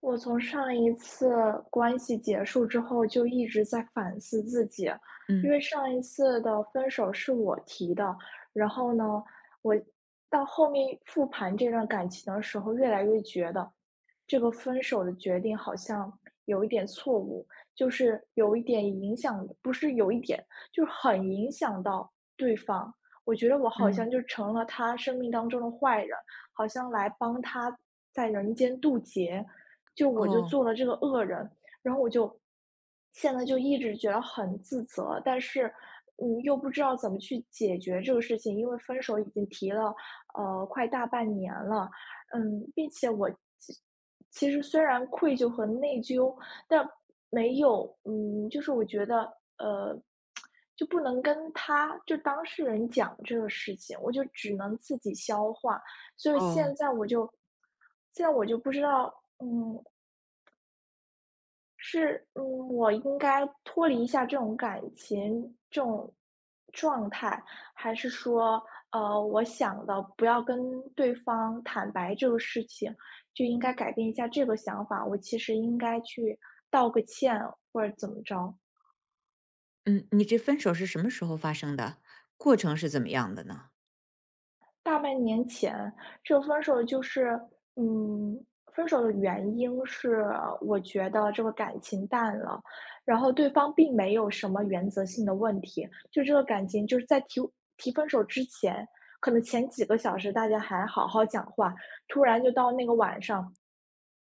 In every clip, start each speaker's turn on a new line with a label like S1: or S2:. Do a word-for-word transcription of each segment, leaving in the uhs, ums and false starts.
S1: 我从上一次关系结束之后，就一直在反思自己，因
S2: 嗯
S1: 为上一次的分手是我提的，然后呢，我到后面复盘这段感情的时候，越来越觉得这个分手的决定好像有一点错误，就是有一点影响，不是有一点，就是很影响到对方。我觉得我好
S2: 嗯，
S1: 像就成了他生命当中的坏人，好像来帮他在人间渡劫。就我就
S2: 哦
S1: 做了这个恶人，然后我就现在就一直觉得很自责，但是，嗯，又不知道怎么去解决这个事情，因为分手已经提了，呃，快大半年了，嗯，并且我其其实虽然愧疚和内疚，但没有，嗯，就是我觉得，呃，就不能跟他就当事人讲这个事情，我就只能自己消化，所以
S2: 哦，
S1: 现在我就，现在我就不知道，嗯，是，嗯，我应该脱离一下这种感情、这种状态，还是说，呃，我想的不要跟对方坦白这个事情，就应该改变一下这个想法，我其实应该去道个歉或者怎么着？
S2: 嗯，你这分手是什么时候发生的？过程是怎么样的呢？
S1: 大半年前，这个分手就是，嗯，分手的原因是我觉得这个感情淡了，然后对方并没有什么原则性的问题，就这个感情就是在提提分手之前，可能前几个小时大家还好好讲话，突然就到那个晚上，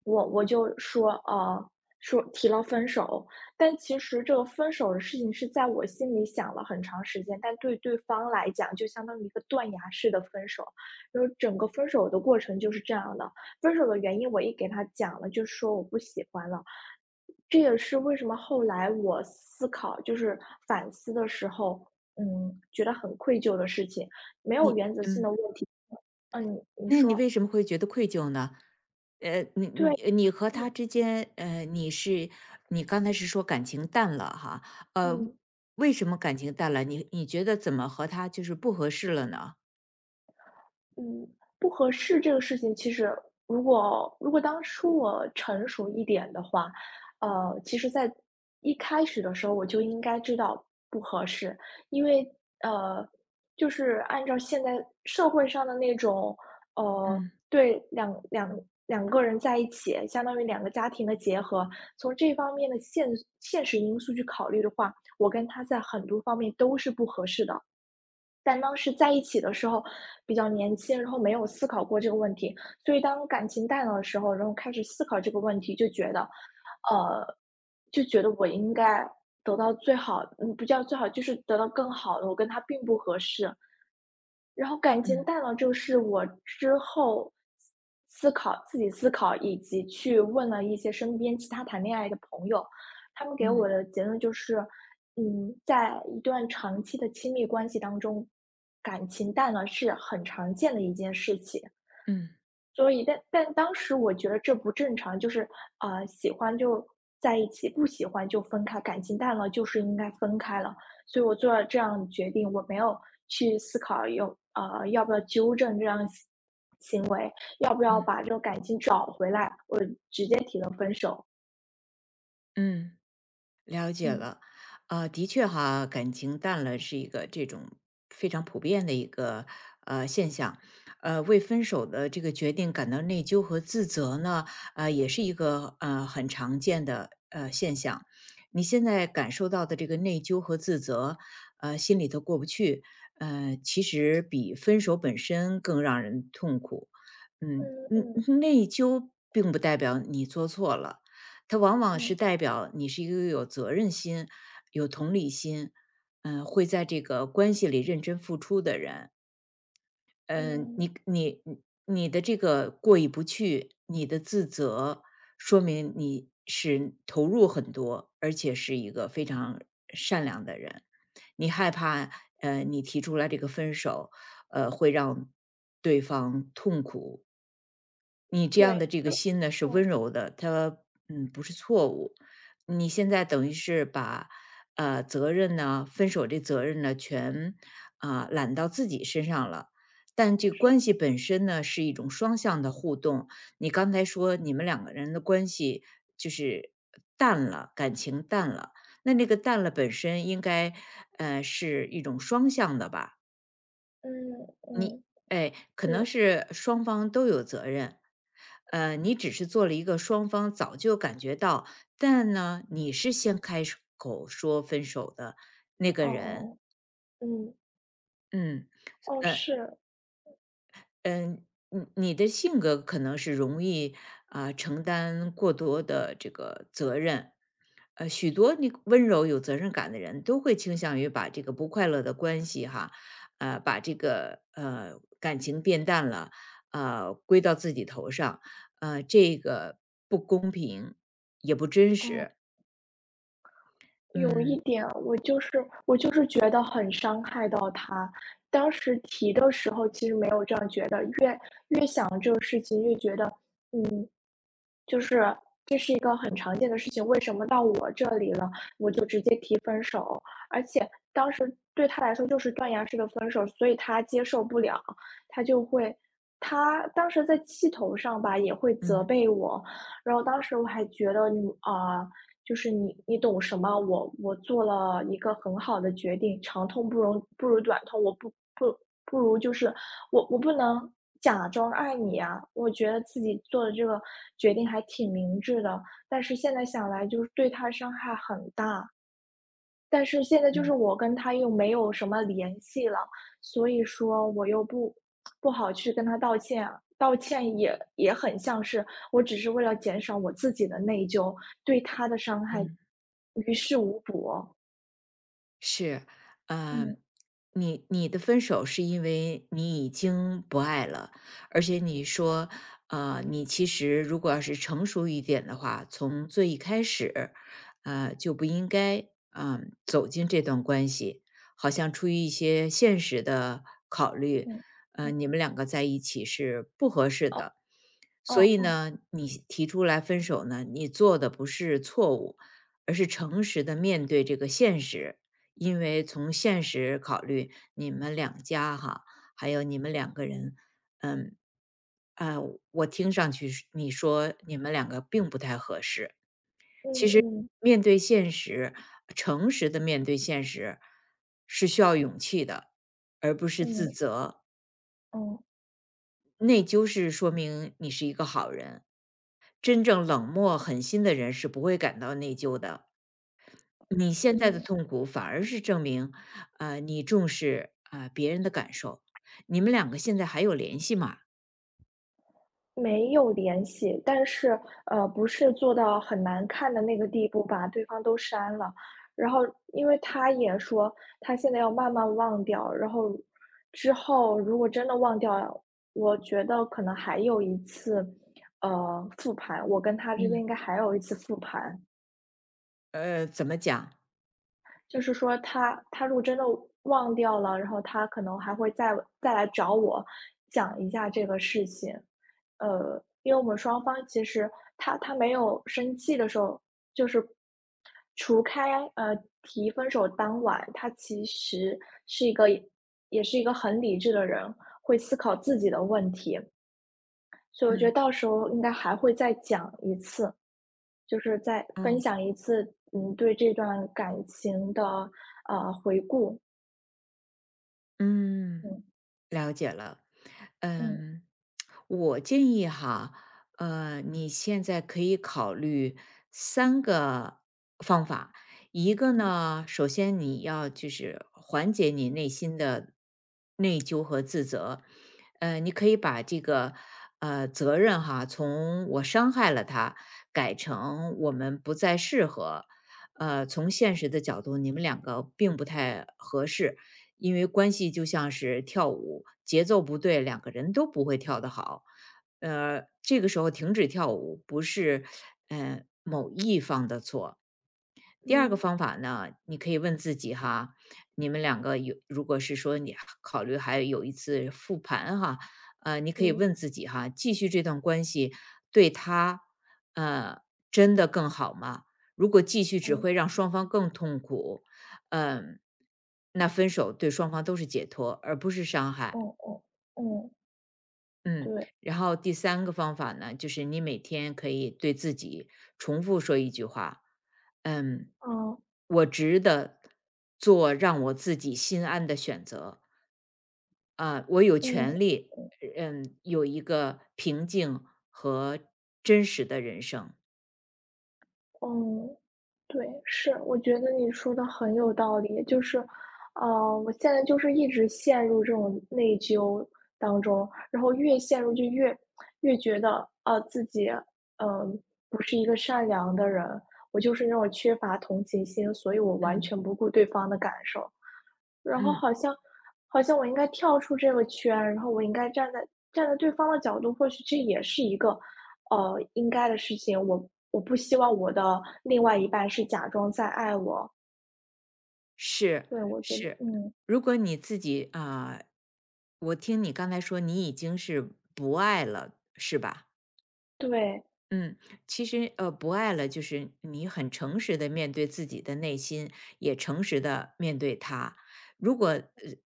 S1: 我我就说，呃，说提了分手，但其实这个分手的事情是在我心里想了很长时间，但对对方来讲就相当于一个断崖式的分手。然后整个分手的过程就是这样的，分手的原因我一给他讲了，就说我不喜欢了。这也是为什么后来我思考，就是反思的时候，嗯，觉得很愧疚的事情，没有
S2: 你
S1: 原则性
S2: 嗯，
S1: 的问题。嗯，你
S2: 那你
S1: 说，
S2: 为什么会觉得愧疚呢？呃，你
S1: 对，
S2: 你你和
S1: 嗯
S2: 他之间，呃，你是你刚才是说感情淡了哈，呃，
S1: 嗯。
S2: 为什么感情淡了？你你觉得怎么和他就是不合适了呢？
S1: 嗯，不合适这个事情，其实如果如果当初我成熟一点的话，呃，其实在一开始的时候我就应该知道不合适，因为呃，就是按照现在社会上的那种，呃，
S2: 嗯
S1: 对两两两个人在一起，相当于两个家庭的结合，从这方面的现现实因素去考虑的话，我跟他在很多方面都是不合适的。但当时在一起的时候比较年轻，然后没有思考过这个问题，所以当感情淡了的时候，然后开始思考这个问题，就觉得，呃，就觉得我应该得到最好嗯，不叫最好，就是得到更好的，我跟他并不合适。然后感情
S2: 嗯
S1: 淡了，就是我之后思考自己思考，以及去问了一些身边其他谈恋爱的朋友，他们给我
S2: 嗯
S1: 的结论就是，嗯，在一段长期的亲密关系当中，感情淡了是很常见的一件事情。
S2: 嗯
S1: 所以但但当时我觉得这不正常，就是，啊，呃喜欢就在一起，不喜欢就分开，感情淡了就是应该分开了。所以我做了这样的决定，我没有去思考有啊要不要纠正这样行行为，要不要把这种感情找回来，我直接提了分手。
S2: 嗯。了解
S1: 嗯。
S2: 了，啊，的确哈，感情淡了是一个这种非常普遍的一个呃现象，呃，为分手的这个决定感到内疚和自责呢，呃，也是一个呃很常见的呃现象。你现在感受到的这个内疚和自责，呃，心里头过不去，呃，其实比分手本身更让人痛苦。嗯，
S1: 嗯嗯
S2: 嗯内疚并不代表你做错了，它往往是
S1: 嗯
S2: 代表你是一个有责任心、有同理心，嗯、会在这个关系里认真付出的人。嗯、
S1: 嗯，
S2: 你你你你的这个过意不去，你的自责，说明你是投入很多，而且是一个非常善良的人。你害怕，呃，你提出来这个分手，呃，会让对方痛苦，你这样
S1: 对，
S2: 的这个
S1: 对。
S2: 心呢，是温
S1: 哦，
S2: 柔的，他嗯不是错误。你现在等于是把呃责任呢，分手这责任呢，全啊、揽到自己身上了。但这个关系本身呢，是一种双向的互动。你刚才说你们两个人的关系就是淡了，感情淡了。那那个淡了本身应该，呃，是一种双向的吧？
S1: 嗯
S2: 你
S1: 嗯，
S2: 哎，可能
S1: 对，
S2: 是双方都有责任。呃，你只是做了一个双方早就感觉到，但呢，你是先开口说分手的那
S1: 哦
S2: 个人。
S1: 哦嗯，
S2: 嗯，
S1: 哦，
S2: 呃
S1: 是，
S2: 嗯，你你的性格可能是容易啊、承担过多的这个责任，呃，许多那个温柔有责任感的人都会倾向于把这个不快乐的关系哈，呃，把这个呃感情变淡了，呃，归到自己头上，呃，这个不公平也不真实，
S1: 哦。有一
S2: 嗯
S1: 点，我就是我就是觉得很伤害到他。当时提的时候其实没有这样觉得，越越想这个事情，越觉得，嗯，就是这是一个很常见的事情，为什么到我这里了，我就直接提分手？而且当时对他来说就是断崖式的分手，所以他接受不了，他就会他当时在气头上吧，也会责
S2: 嗯
S1: 备我。然后当时我还觉得你啊、就是你你懂什么？我我做了一个很好的决定，长痛不容不如短痛，我不不不如就是我我不能假装爱你啊！我觉得自己做的这个决定还挺明智的，但是现在想来就是对他伤害很大。但是现在就是
S2: 嗯
S1: 我跟他又没有什么联系了，所以说我又不不好去跟他道歉啊道歉也也很像是我只是为了减少我自己的内疚，对他的伤害
S2: 嗯。
S1: 于事无补。
S2: 是，呃，
S1: 嗯
S2: 你你的分手是因为你已经不爱了，而且你说，呃，你其实如果要是成熟一点的话，从最一开始，呃，就不应该，嗯、走进这段关系。好像出于一些现实的考虑，
S1: 嗯
S2: 呃，
S1: 嗯。
S2: 你们两个在一起是不合适
S1: 哦
S2: 的，所
S1: 哦
S2: 以
S1: 哦，
S2: 呢，你提出来分手呢，你做的不是错误，而是诚实的面对这个现实。因为从现实考虑，你们两家哈，还有你们两个人，嗯，啊，我听上去是你说你们两个并不太合适。
S1: 嗯嗯
S2: 面对现实，诚实的面对现实是需要勇气的，而不是自
S1: 嗯
S2: 责。
S1: 嗯
S2: 内疚是说明你是一个好人，真正冷漠狠心的人是不会感到内疚的。你现在的
S1: 嗯。
S2: 痛苦反而是证明，呃，你重视，啊别人的感受。你们两个现在还有联系吗？
S1: 没有联系，但是，呃，不是做到很难看的那个地步，把对方都删了。然后因为他也说他现在要慢慢忘掉，然后之后如果真的忘掉，我觉得可能还有一次，呃，复盘，我跟他之间
S2: 嗯。
S1: 应该还有一次复盘。
S2: 呃，怎么讲？
S1: 就是说他他如果真的忘掉了，然后他可能还会再再来找我讲一下这个事情。呃，因为我们双方其实他他没有生气的时候，就是除开呃提分手当晚，他其实是一个也是一个很理智的人，会思考自己的问题，所以我觉得
S2: 嗯，
S1: 到时候应该还会再讲一次。就是再分
S2: 哦。
S1: 享一次，嗯，对这段感情的，呃，回顾。
S2: 嗯。
S1: 嗯
S2: 了解了，
S1: 嗯
S2: 嗯，我建议哈，呃，你现在可以考虑三个方法。一个
S1: 嗯
S2: 呢，首先你要就是缓解你内心的内疚和自责，呃，你可以把这个呃责任哈，从我伤害了他改成我们不再适合，呃，从现实的角度，你们两个并不太合适，因为关系就像是跳舞，节奏不对，两个人都不会跳得好。呃，这个时候停止跳舞不是呃某一方的错，第二个
S1: 嗯
S2: 方法呢，你可以问自己哈，你们两个有如果是说你考虑还有一次复盘哈，呃，你可以
S1: 嗯
S2: 问自己哈，继续这段关系对他，呃，真的更好吗？如果继续只会
S1: 嗯
S2: 让双方更痛苦，嗯、那分手对双方都是解脱，而不是伤害。
S1: 嗯嗯嗯，
S2: 嗯，
S1: 对，
S2: 然后第三个方法呢，就是你每天可以对自己重复说一句话，嗯，
S1: 嗯
S2: 我值得做让我自己心安的选择啊、我有
S1: 嗯。
S2: 权利，嗯，有一个平静和真实的人生。
S1: 嗯，对，是，我觉得你说的很有道理。就是，呃，我现在就是一直陷入这种内疚当中，然后越陷入就越越觉得，啊自己，嗯、不是一个善良的人，我就是那种缺乏同情心，所以我完
S2: 嗯
S1: 全不顾对方的感受。然后
S2: 嗯，
S1: 好像好像我应该跳出这个圈，然后我应该站在站在对方的角度，或许这也是一个，呃，应该的事情。我我不希望我的另外一半是假装在爱我。
S2: 是
S1: 对，我觉得，
S2: 是，
S1: 嗯，
S2: 如果你自己啊、我听你刚才说你已经是不爱了，是吧？
S1: 对，
S2: 嗯，其实呃，不爱了，就是你很诚实的面对自己的内心，也诚实的面对他。如果呃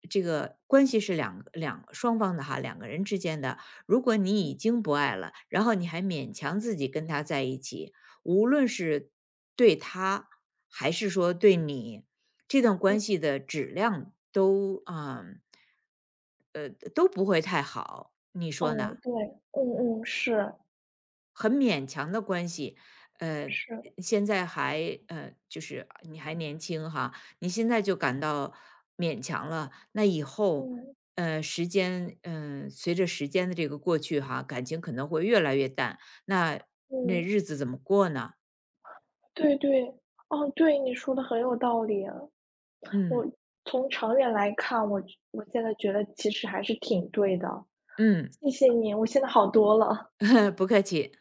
S2: 这个关系是两两双方的哈，两个人之间的，如果你已经不爱了，然后你还勉强自己跟他在一起，无论是对他还是说对你，这段
S1: 嗯，
S2: 关系的质量都嗯呃都不会太好，你说
S1: 哦，
S2: 呢？
S1: 对，嗯嗯，是
S2: 很勉强的关系，呃，
S1: 是，
S2: 现在还呃，就是你还年轻哈，你现在就感到勉强了，那以后，
S1: 嗯
S2: 呃，时间，嗯、随着时间的这个过去哈，感情可能会越来越淡，那那
S1: 嗯，
S2: 日子怎么过呢？
S1: 对对，哦，对，你说的很有道理啊。
S2: 嗯
S1: 我从长远来看，我我现在觉得其实还是挺对的。
S2: 嗯，
S1: 谢谢你，我现在好多了。
S2: 不客气。